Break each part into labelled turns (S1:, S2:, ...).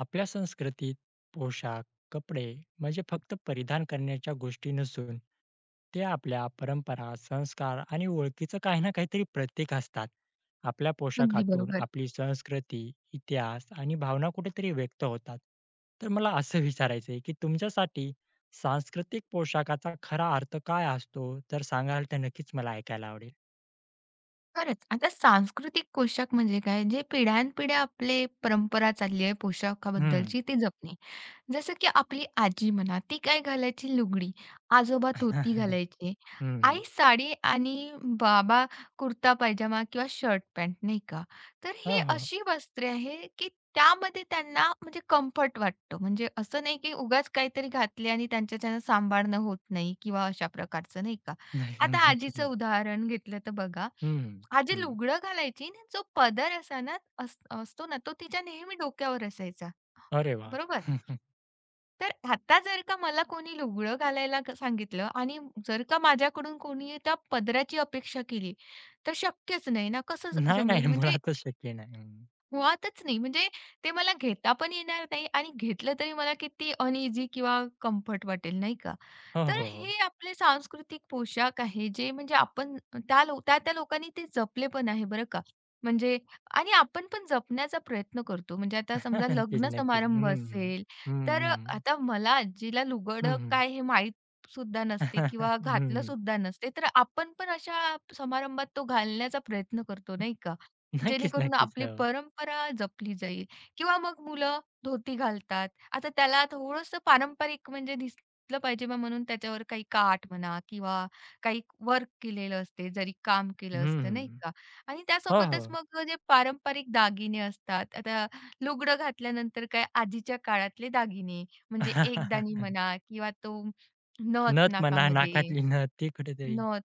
S1: आपल्या संस्कृतीत पोशाख, कपडे म्हणजे फक्त परिधान करण्याच्या गोष्टी नसून ते आपल्या परंपरा, संस्कार आणि ओळखीचं काही ना काहीतरी प्रतीक असतात. आपल्या
S2: अगदी
S1: पोशाखातून
S2: बरोबर.
S1: आपली संस्कृती, इतिहास आणि भावना कुठेतरी व्यक्त होतात. तर मला असं विचारायचं की तुमच्यासाठी सांस्कृतिक पोशाखाचा खरा अर्थ काय असतो? जर सांगाल तर नक्कीच मला ऐकायला आवडेल.
S2: खरंच. आता सांस्कृतिक पोशाख म्हणजे काय, जे पिढ्यानपिढ्या आपले परंपरा चालली आहे
S1: हं.
S2: पोशाखाबद्दलची ती जपणे. जसं की आपली आजी म्हणा, ती काय घालायची लुगडी, आजोबा धोती
S1: नक्की.
S2: घालायचे,
S1: हं.
S2: आई साडी आणि बाबा कुर्ता पायजामा किंवा शर्ट पॅन्ट नाही का. तर
S1: हो,
S2: हे
S1: हो.
S2: अशी वस्त्रे आहे, की त्यामध्ये त्यांना म्हणजे कम्फर्ट वाटतं. म्हणजे असं नाही की उगाच काहीतरी घातले आणि त्यांच्याच्यानं सांभाळणं होत नाही किंवा अशा प्रकारचं नाही का.
S1: नक्की,
S2: आता
S1: नक्कीच.
S2: आजीचं उदाहरण घेतलं तर बघा
S1: हं,
S2: हा जे
S1: हं.
S2: लुगडं घालायची ना, जो पदर असा ना अस असतो ना, तो तिच्या नेहमी डोक्यावर असायचा.
S1: अरे वाह!
S2: बरोबर? तर आता जर का मला कोणी लुगडं घालायला सांगितलं आणि जर का माझ्याकडून कोणी त्या पदराची अपेक्षा केली, तर शक्यच नाही ना. कसं
S1: नाही,
S2: जमेल?
S1: नाही.
S2: म्हणजे
S1: मुळातच शक्य नाही. हं.
S2: मुळातच नाही. म्हणजे ते मला घेता पण येणार नाही आणि घेतलं तरी मला किती अनईझी किंवा कम्फर्ट वाटेल, नाही का?
S1: हो,
S2: तर
S1: हो, हो.
S2: हे आपले सांस्कृतिक पोशाख आहे, जे म्हणजे आपण त्या-त्या लोकांनी ते जपले पण आहे बरं का. म्हणजे आणि आपण पण जपण्याचा प्रयत्न करतो. म्हणजे आता समजा
S1: नक्कीच,
S2: लग्न
S1: नक्कीच.
S2: समारंभ
S1: हं, हं.
S2: असेल,
S1: हं,
S2: तर
S1: हं.
S2: आता मला जिला
S1: हं,
S2: लुगडं
S1: हं.
S2: काय हे माहीत सुद्धा नसते किंवा घातलं
S1: हं,
S2: सुद्धा नसते, तर आपण पण अशा समारंभात तो घालण्याचा प्रयत्न करतो नाही का?
S1: नक्कीच,
S2: जेणेकरून
S1: नक्कीच.
S2: आपली
S1: हो.
S2: परंपरा जपली जाईल किंवा मग मुलं धोती घालतात. आता त्याला थोडंसं पारंपरिक म्हणजे दिसलं पाहिजे मग म्हणून त्याच्यावर काही काठ म्हणा किंवा काही वर्क केलेलं असते, जरी काम
S1: हं,
S2: केलं असतं नाही
S1: हं.
S2: का? आणि
S1: हो,
S2: त्यासोबतच
S1: हो.
S2: मग जे पारंपरिक दागिने असतात, आता लुगडं घातल्यानंतर काय आधीच्या काळातले दागिने म्हणजे एकदाणी म्हणा किंवा तो नथ
S1: नथ म्हणा,
S2: नाकामध्ये,
S1: नाकातली नथ ती कुठेतरी
S2: नथ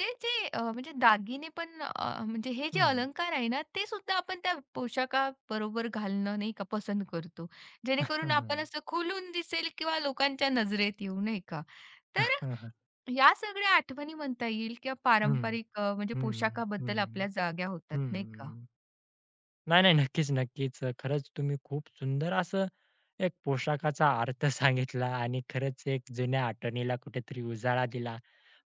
S2: ते जे म्हणजे दागिने पण म्हणजे हे जे
S1: हं.
S2: अलंकार आहे ना, ते सुद्धा आपण त्या पोशाखाबरोबर घालणं नाही का पसंत करतो.
S1: हं,
S2: जेणेकरून आपण
S1: हं.
S2: असं खुलून दिसेल किंवा लोकांच्या नजरेत येऊ, नाही का? तर या सगळ्या आठवणी म्हणता येईल किंवा
S1: हं,
S2: पारंपरिक म्हणजे
S1: हं,
S2: पोशाखाबद्दल
S1: हं,
S2: आपल्या जाग्या होतात, नाही का?
S1: नाही, नाही. नक्कीच, नक्कीच. खरंच तुम्ही खूप सुंदर असं एक पोशाखाचा अर्थ सांगितला आणि खरंच एक जुन्या आठवणीला कुठेतरी उजाळा दिला.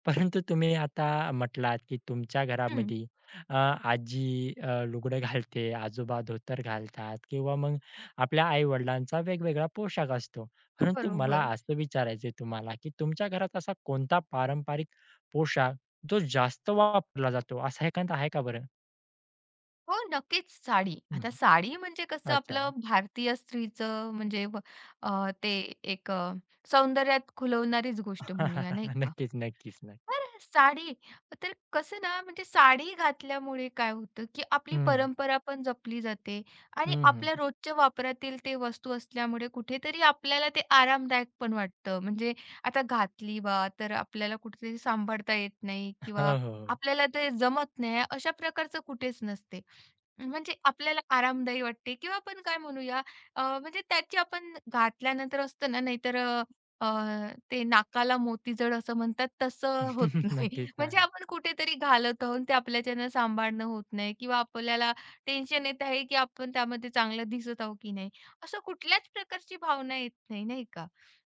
S1: परंतु तुम्ही आता म्हटलात, की तुमच्या
S2: हं,
S1: घरामध्ये आजी लुगडं घालते, आजोबा धोतर घालतात किंवा मग आपल्या आई-वडिलांचा वेगवेगळा पोशाख असतो. परंतु मला
S2: बरोबर.
S1: असं विचारायचं तुम्हाला, की तुमच्या घरात असा कोणता पारंपरिक पोशाख जो जास्त वापरला जातो, असा एखादा आहे का बरं?
S2: हो, नक्कीच साडी.
S1: हं,
S2: आता
S1: हं.
S2: साडी म्हणजे कसं
S1: अच्छा.
S2: आपलं भारतीय स्त्रीचं म्हणजे ते एक सौंदर्यात खुलवणारीच गोष्ट म्हणूया नाही का?
S1: नक्कीच, नक्कीच, नक्की.
S2: तर साडी तर कसं ना म्हणजे साडी घातल्यामुळे काय होतं, की आपली
S1: हं,
S2: परंपरा पण जपली जाते आणि
S1: हं, हं.
S2: आपल्या रोजच्या वापरातील ते वस्तू असल्यामुळे कुठेतरी आपल्याला ते आरामदायक पण वाटतं. म्हणजे आता घातली बा तर आपल्याला कुठेतरी सांभाळता येत नाही
S1: हो,
S2: किंवा
S1: हो, हो.
S2: आपल्याला ते जमत नाही, अशा प्रकारचं कुठेच नसते. म्हणजे आपल्याला आरामदायी वाटते किंवा आपण काय म्हणूया म्हणजे त्याची आपण घातल्यानंतर असतं ना, नाहीतर अ, अ, ते नाकाला मोतीजड असं म्हणतात तसं होत नाही.
S1: नक्कीच. हां.
S2: म्हणजे आपण कुठेतरी घालत आहोत ते आपल्याच्यानं सांभाळणं होत नाही किंवा आपल्याला टेन्शन येत आहे, की आपण त्यामध्ये चांगलं दिसत आहोत की नाही. असं कुठल्याच प्रकारची भावना येत नाही, नाही का?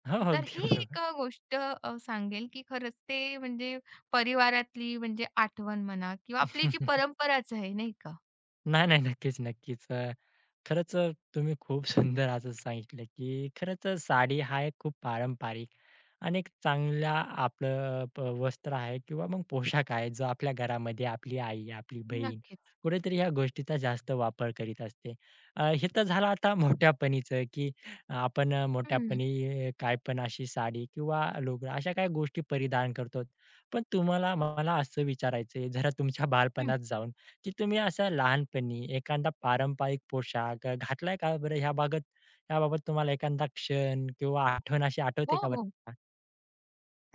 S1: हो, हो.
S2: तर ही
S1: अगदी बरोबर.
S2: एक गोष्ट सांगेल, की खरंच ते म्हणजे परिवारातली म्हणजे आठवण म्हणा किंवा आपली जी परंपराच आहे, नाही का?
S1: नाही, नाही. नक्कीच, नक्कीच. खरंच तुम्ही खूप सुंदर असं सांगितलं, की खरंच साडी हा एक खूप पारंपरिक आणि एक चांगला आपलं प वस्त्र आहे किंवा मग पोशाख आहे, जो आपल्या घरामध्ये आपली आई, आपली बहीण
S2: नक्कीच.
S1: कुठेतरी ह्या गोष्टीचा जास्त वापर करीत असते. हे तर झालं आता मोठ्यापणीचं, की आपण
S2: हं,
S1: मोठ्यापणी काय पण अशी साडी किंवा लुगडं अशा काही गोष्टी परिधान करतो. पण तुम्हाला मला असं विचारायचं जरा तुमच्या
S2: हं.
S1: बालपणात जाऊन, की तुम्ही असं लहानपणी एखादा पारंपरिक पोशाख घातलाय का बरं? ह्याबाबत तुम्हाला एखादा क्षण किंवा आठवण अशी
S2: हो,
S1: आठवते का
S2: हो.
S1: बरं?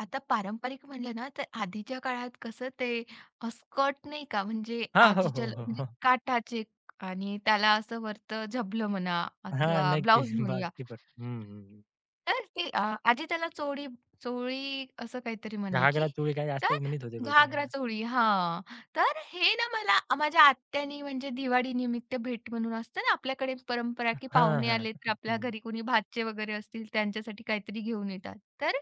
S2: आता पारंपरिक म्हणलं ना, तर आधीच्या काळात कसं ते स्कर्ट नाही का, म्हणजे
S1: हां. हो, हो, हो,
S2: म्हणजे
S1: हो.
S2: काठाचे आणि त्याला असं वरतं झबलं म्हणा
S1: हां,
S2: किंवा
S1: नक्की.
S2: ब्लाउज म्हणूया
S1: अगदी बरोबर. हं, हं, हं.
S2: तर आजी त्याला चोळी चोळी असं काहीतरी म्हणायची.
S1: घागरा चोळी काय जास्त
S2: तर
S1: म्हणत होते बहुतेक.
S2: घागरा चोळी हां. तर हे ना मला माझ्या आत्यानी म्हणजे दिवाळीनिमित्त भेट म्हणून असतं ना आपल्याकडे परंपरा, की
S1: हां, हां,
S2: पाहुणे आले तर
S1: हां,
S2: आपल्या
S1: हां.
S2: घरी कोणी भाचे वगैरे असतील त्यांच्यासाठी काहीतरी घेऊन येतात. तर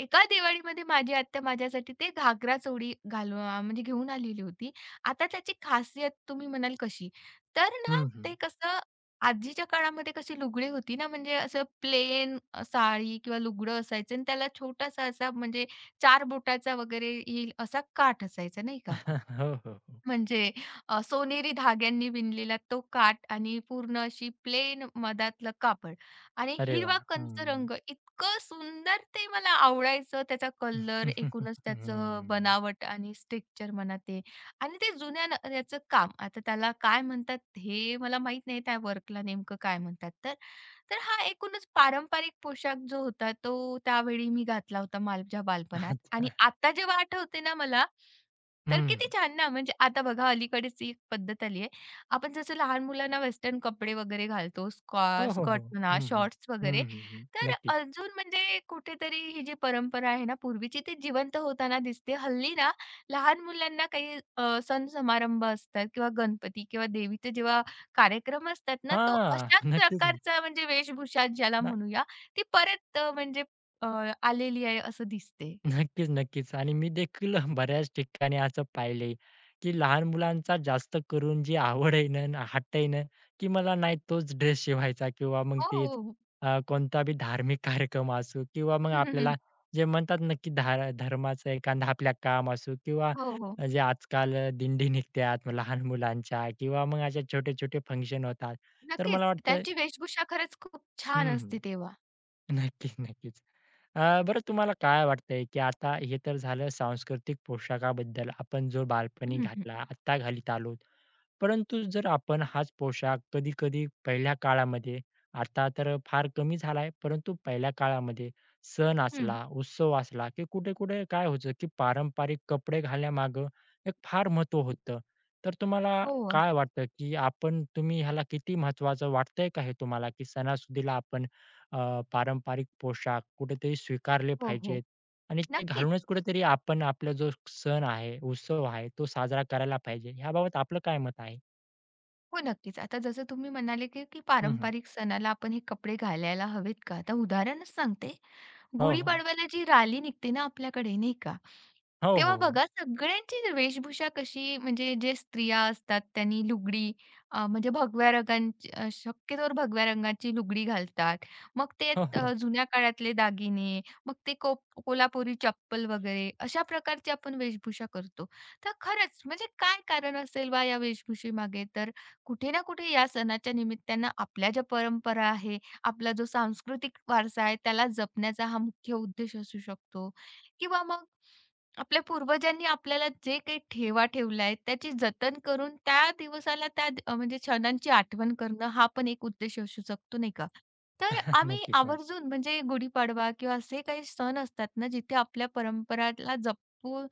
S2: एका दिवाळीमध्ये माझी आत्या माझ्यासाठी ते घागरा चोळी घालून म्हणजे घेऊन आलेली होती. आता त्याची खासियत तुम्ही म्हणाल कशी? तर
S1: हं,
S2: ना
S1: हं, हं.
S2: ते कसं आजीच्या काळामध्ये कशी लुगडी होती ना, म्हणजे असं प्लेन साडी किंवा लुगडं असायचं आणि त्याला छोटासा असा म्हणजे 4 बोटाचा वगैरे येईल असा काठ असायचा, नाही का?
S1: हो, हो, हो.
S2: म्हणजे सोनेरी धाग्यांनी विणलेला तो काठ आणि पूर्ण अशी प्लेन मधातलं कापड आणि
S1: अरे
S2: हिरवा
S1: वाह!
S2: कंच
S1: हं.
S2: रंग इतकं सुंदर ते मला आवडायचं. त्याचा कलर, एकूणच त्याचं
S1: हं.
S2: बनावट आणि स्ट्रक्चर म्हणा ते आणि ते जुन्या न याचं काम. आता त्याला काय म्हणतात हे मला माहीत नाही त्या वर्कला नेमकं काय म्हणतात तर. तर हा एकूणच पारंपरिक पोशाख जो होता तो त्यावेळी मी घातला होता माझ्या बालपणात
S1: अच्छा.
S2: आणि आता जेव्हा आठवते ना मला तर किती
S1: हं.
S2: छान ना, म्हणजे आता बघा अलीकडेच एक पद्धत आली आहे. आपण जसं लहान मुलांना वेस्टर्न कपडे वगैरे घालतो,
S1: हो, हो,
S2: स्कर्ट
S1: हो.
S2: म्हणा,
S1: हं, हं.
S2: शॉर्ट्स वगैरे.
S1: हं, हं, हं.
S2: तर
S1: नक्कीच.
S2: अजून म्हणजे कुठेतरी ही जी परंपरा आहे ना पूर्वीची, ती जिवंत होताना दिसते. हल्ली ना लहान मुलांना काही सण समारंभ असतात किंवा गणपती किंवा देवीचे जेव्हा कार्यक्रम असतात ना, तो
S1: हां.
S2: अशाच
S1: नक्कीच, नक्कीच.
S2: प्रकारचा म्हणजे वेशभूषा ज्याला म्हणूया, ती परत अ, आलेली आहे असं दिसते.
S1: नक्कीच, नक्कीच. आणि मी देखील बऱ्याच ठिकाणी असं पाहिलंय, की लहान मुलांचा जास्त करून जी आवड आहे ना, हट्ट आहे ना, की मला नाही तोच ड्रेस शिवायचा किंवा मग
S2: हो,
S1: तेच
S2: हो.
S1: कोणता बी धार्मिक कार्यक्रम असो किंवा मग आपल्याला जे म्हणतात ना, की धर्माचं एखादा आपल्या काम असो किंवा
S2: हो, हो.
S1: जे आजकाल दिंडी निघतात मग लहान मुलांच्या किंवा मग अशा छोटे-छोटे फंक्शन होतात. तर मला
S2: नक्कीच.
S1: वाटतं
S2: त्यांची वेशभूषा खरंच खूप छान असते
S1: हं.
S2: तेव्हा.
S1: नक्कीच, नक्कीच. बरं तुम्हाला काय वाटतंय, की आता हे तर झालं सांस्कृतिक पोशाखाबद्दल आपण जो बालपणी
S2: हं, हं.
S1: घातला, आत्ता घालीत आलोत. परंतु जर आपण हाच पोशाख कधी-कधी पहिल्या काळामध्ये, आता तर फार कमी झाला आहे, परंतु पहिल्या काळामध्ये सण
S2: हं.
S1: असला, उत्सव असला, की कुठे-कुठे काय व्हायचं, की पारंपरिक कपडे घालण्यामागं एक फार महत्त्व होतं. तर तुम्हाला
S2: हो, अगदी.
S1: काय वाटतं, की आपण तुम्ही ह्याला किती महत्त्वाचं वाटतंय का हे तुम्हाला, की सणासुदीला आपण अ, पारंपरिक पोशाख कुठेतरी स्वीकारले
S2: हो, हो.
S1: पाहिजेत आणि ते
S2: नक्कीच.
S1: घालूनच कुठेतरी आपण आपला जो सण आहे, उत्सव आहे, तो साजरा करायला पाहिजे. ह्याबाबत आपलं काय मत आहे?
S2: हो, नक्कीच. आता जसं तुम्ही म्हणाले, की की
S1: हं, हं.
S2: पारंपरिक सणाला आपण हे कपडे घालायला हवेत का? आता उदाहरणच सांगते.
S1: हो, हो.
S2: गुढीपाडव्याला जी राली निघते ना आपल्याकडे नाही का,
S1: हो, हो,
S2: तेव्हा
S1: हो.
S2: बघा सगळ्यांची वेशभूषा कशी म्हणजे जे स्त्रिया असतात त्यांनी लुगडी म्हणजे भगव्या रंगांची शक्यतोवर भगव्या रंगाची लुगडी घालतात. मग ते
S1: हो, हो.
S2: जुन्या काळातले दागिने, मग ते कोल्हापुरी चप्पल वगैरे अशा प्रकारची आपण वेशभूषा करतो. तर खरंच म्हणजे काय कारण असेल बा या वेशभूषेमागे? तर कुठे ना कुठे या सणाच्या निमित्तानं आपल्या ज्या परंपरा आहेत आपला जो सांस्कृतिक वारसा आहे त्याला जपण्याचा हा मुख्य उद्देश असू शकतो किंवा मग आपल्या पूर्वजांनी आपल्याला जे काही ठेवा ठेवला आहे त्याची जतन करून त्या दिवसाला म्हणजे क्षणांची आठवण करणं हा पण एक उद्देश असू शकतो नाही का. तर आम्ही
S1: नक्कीच ना.
S2: आवर्जून म्हणजे गुढीपाडवा किंवा असे काही सण असतात ना जिथे आपल्या परंपराला जपू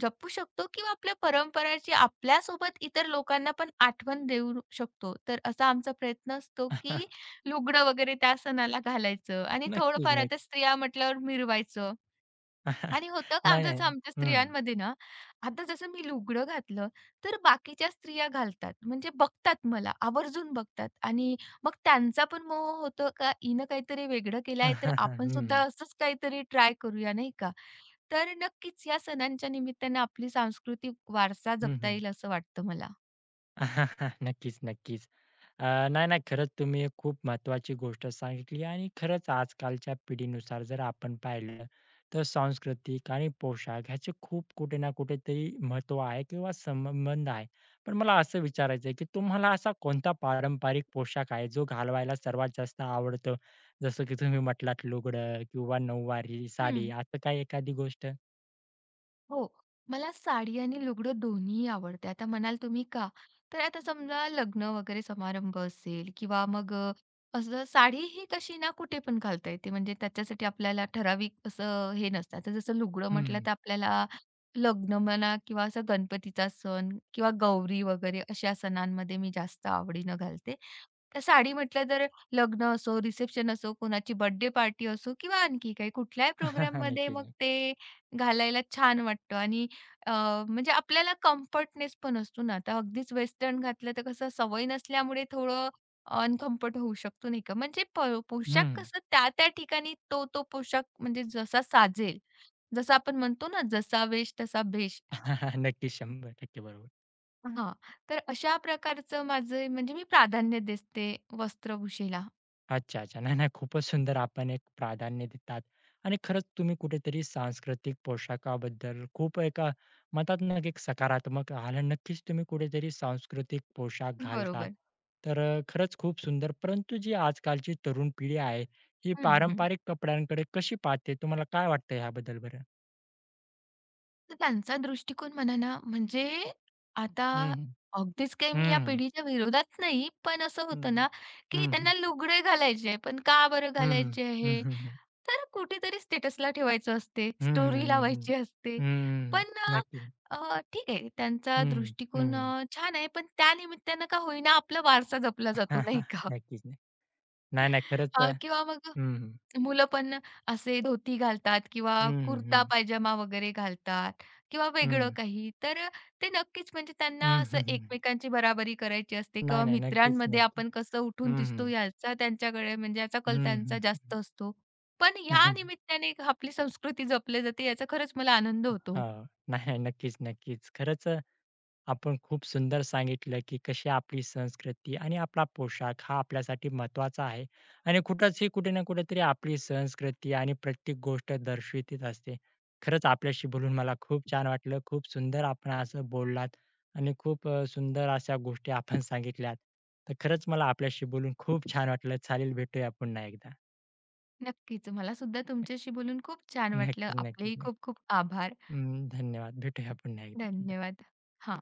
S2: जपू शकतो किंवा आपल्या परंपराची आपल्यासोबत इतर लोकांना पण आठवण देऊ शकतो. तर असा आमचा प्रयत्न असतो की लुगडं वगैरे त्या सणाला घालायचं आणि
S1: नक्कीच,
S2: थोडंफार आता
S1: नक्की.
S2: स्त्रिया म्हटल्यावर मिरवायचं. आणि होतं का
S1: नाही, नाही.
S2: जसं आमच्या
S1: हं.
S2: स्त्रियांमध्ये ना, आता जसं मी लुगडं घातलं, तर बाकीच्या स्त्रिया घालतात. म्हणजे बघतात मला, आवर्जून बघतात आणि मग त्यांचा पण मोह होतो का हिनं काहीतरी वेगळं केलं आहे, तर
S1: हं,
S2: आपण सुद्धा
S1: हं.
S2: असंच काहीतरी ट्राय करूया, नाही का? तर नक्कीच या सणांच्या निमित्तानं आपली सांस्कृतिक वारसा
S1: हं,
S2: जपता
S1: हं.
S2: येईल असं वाटतं मला.
S1: नक्कीच, नक्कीच. नाही, नाही. खरंच तुम्ही एक खूप महत्त्वाची गोष्ट सांगितली आणि खरंच आजकालच्या पिढीनुसार जर आपण पाहिलं, तर सांस्कृतिक आणि पोशाख ह्याचे खूप कुठे ना कुठेतरी महत्त्व आहे किंवा संबंध आहे. पण मला असं विचारायचं आहे, की तुम्हाला असा कोणता पारंपरिक पोशाख आहे, जो घालवायला सर्वात जास्त आवडतो? जसं की तुम्ही म्हटलात लुगडं किंवा नऊवारी
S2: हं.
S1: साडी असं काही एखादी गोष्ट?
S2: हो. मला साडी आणि लुगडं दोन्हीही आवडते. आता म्हणाल तुम्ही का? तर आता समजा लग्न वगैरे समारंभ असेल किंवा मग असं साडी ही कशी ना कुठे पण घालता येते. म्हणजे त्याच्यासाठी आपल्याला ठराविक असं हे नसतं. आता जसं लुगडं म्हटलं
S1: हं.
S2: तर आपल्याला लग्न म्हणा किंवा असं गणपतीचा सण किंवा गौरी वगैरे अशा सणांमध्ये मी जास्त आवडीनं घालते. तर साडी म्हटलं तर लग्न असो, रिसेप्शन असो, कोणाची बर्थडे पार्टी असो किंवा आणखी काही कुठल्याही प्रोग्राममध्ये
S1: नक्कीच,
S2: मग
S1: नक्कीच.
S2: ते घालायला छान वाटतं आणि अ, म्हणजे आपल्याला कम्फर्टनेस पण असतो ना. आता अगदीच वेस्टर्न घातलं तर कसं सवय नसल्यामुळे थोडं अनकम्फर्ट होऊ शकतो नाही का. म्हणजे पोशाख
S1: हं.
S2: कसं त्या-त्या ठिकाणी तो-तो पोशाख म्हणजे जसा साजेल, जसं आपण म्हणतो ना जसा वेश तसा भेष.
S1: नक्कीच, 100% बरोबर.
S2: हां, तर अशा प्रकारचं माझं म्हणजे मी प्राधान्य देते वस्त्रभूषेला.
S1: अच्छा, अच्छा. नाही, नाही. खूपच सुंदर आपण एक प्राधान्य देतात आणि खरंच तुम्ही कुठेतरी सांस्कृतिक पोशाखाबद्दल खूप एका म्हणतात ना, की एक सकारात्मक आला नक्कीच तुम्ही कुठेतरी सांस्कृतिक पोशाख घालतात.
S2: बरोबर.
S1: तर खरंच खूप सुंदर. परंतु जी आजकालची तरुण पिढी आहे, ही
S2: हं, हं.
S1: पारंपरिक कपड्यांकडे कशी पाहते? तुम्हाला काय वाटतं ह्याबद्दल बरं?
S2: तर त्यांचा दृष्टिकोन म्हणा ना, म्हणजे आता
S1: हं, हं.
S2: अगदीच काही मी या
S1: हं, हं.
S2: पिढीच्या विरोधात नाही, पण असं
S1: हं,
S2: होतं ना, की
S1: हं.
S2: त्यांना लुगड़े घालायचे आहे, पण का बरं
S1: हं, हं.
S2: घालायचे
S1: हं,
S2: आहे?
S1: हं, हं.
S2: तर कुठेतरी स्टेटसला ठेवायचं असते,
S1: हं,
S2: स्टोरी
S1: हं,
S2: लावायची असते. पण अ,
S1: नक्की.
S2: अ, ठीक आहे, त्यांचा
S1: हं, हं.
S2: दृष्टिकोन छान आहे, पण त्यानिमित्तानं का होईना आपला वारसा जपला जातो, नाही का?
S1: नक्कीच. नाही, नाही. खरंच आहे.
S2: हां, किंवा मग
S1: हं, हं.
S2: मुलं पण असे धोती घालतात किंवा
S1: हं, हं,
S2: कुर्ता
S1: हं.
S2: पायजामा वगैरे घालतात किंवा वेगळं काही. तर ते नक्कीच म्हणजे त्यांना
S1: हं,
S2: असं
S1: हं, हं.
S2: एकमेकांची बराबरी करायची असते
S1: नाही,
S2: किंवा
S1: नाही. नक्कीच,
S2: मित्रांमध्ये
S1: नक्कीच.
S2: आपण कसं उठून
S1: हं,
S2: दिसतो
S1: हं.
S2: याचा त्यांच्याकडे म्हणजे याचा कल
S1: हं,
S2: त्यांचा
S1: हं.
S2: जास्त असतो. पण या
S1: हां.
S2: निमित्ताने आपली संस्कृती जपली जाते याचा खरंच मला आनंद होतो.
S1: नाही, नाही. नक्कीच, नक्कीच. खरंच आपण खूप सुंदर सांगितलं, की कशी आपली संस्कृती आणि आपला पोशाख हा आपल्यासाठी महत्त्वाचा आहे आणि कुठंच ही कुठे ना कुठेतरी आपली संस्कृती आणि प्रत्येक गोष्ट दर्शवित असते. खरंच आपल्याशी बोलून मला खूप छान वाटलं. खूप सुंदर आपण असं बोललात आणि खूप सुंदर अशा गोष्टी आपण सांगितल्यात. तर खरंच मला आपल्याशी बोलून खूप छान वाटलं. चालेल भेटूया पुन्हा एकदा.
S2: नक्कीच. मला सुद्धा तुमच्याशी बोलून खूप छान वाटलं.
S1: नक्कीच, नक्कीच.
S2: आपलेही
S1: नाही.
S2: खूप खूप आभार.
S1: धन्यवाद. भेटूया पुन्हा एकदा.
S2: धन्यवाद. हां.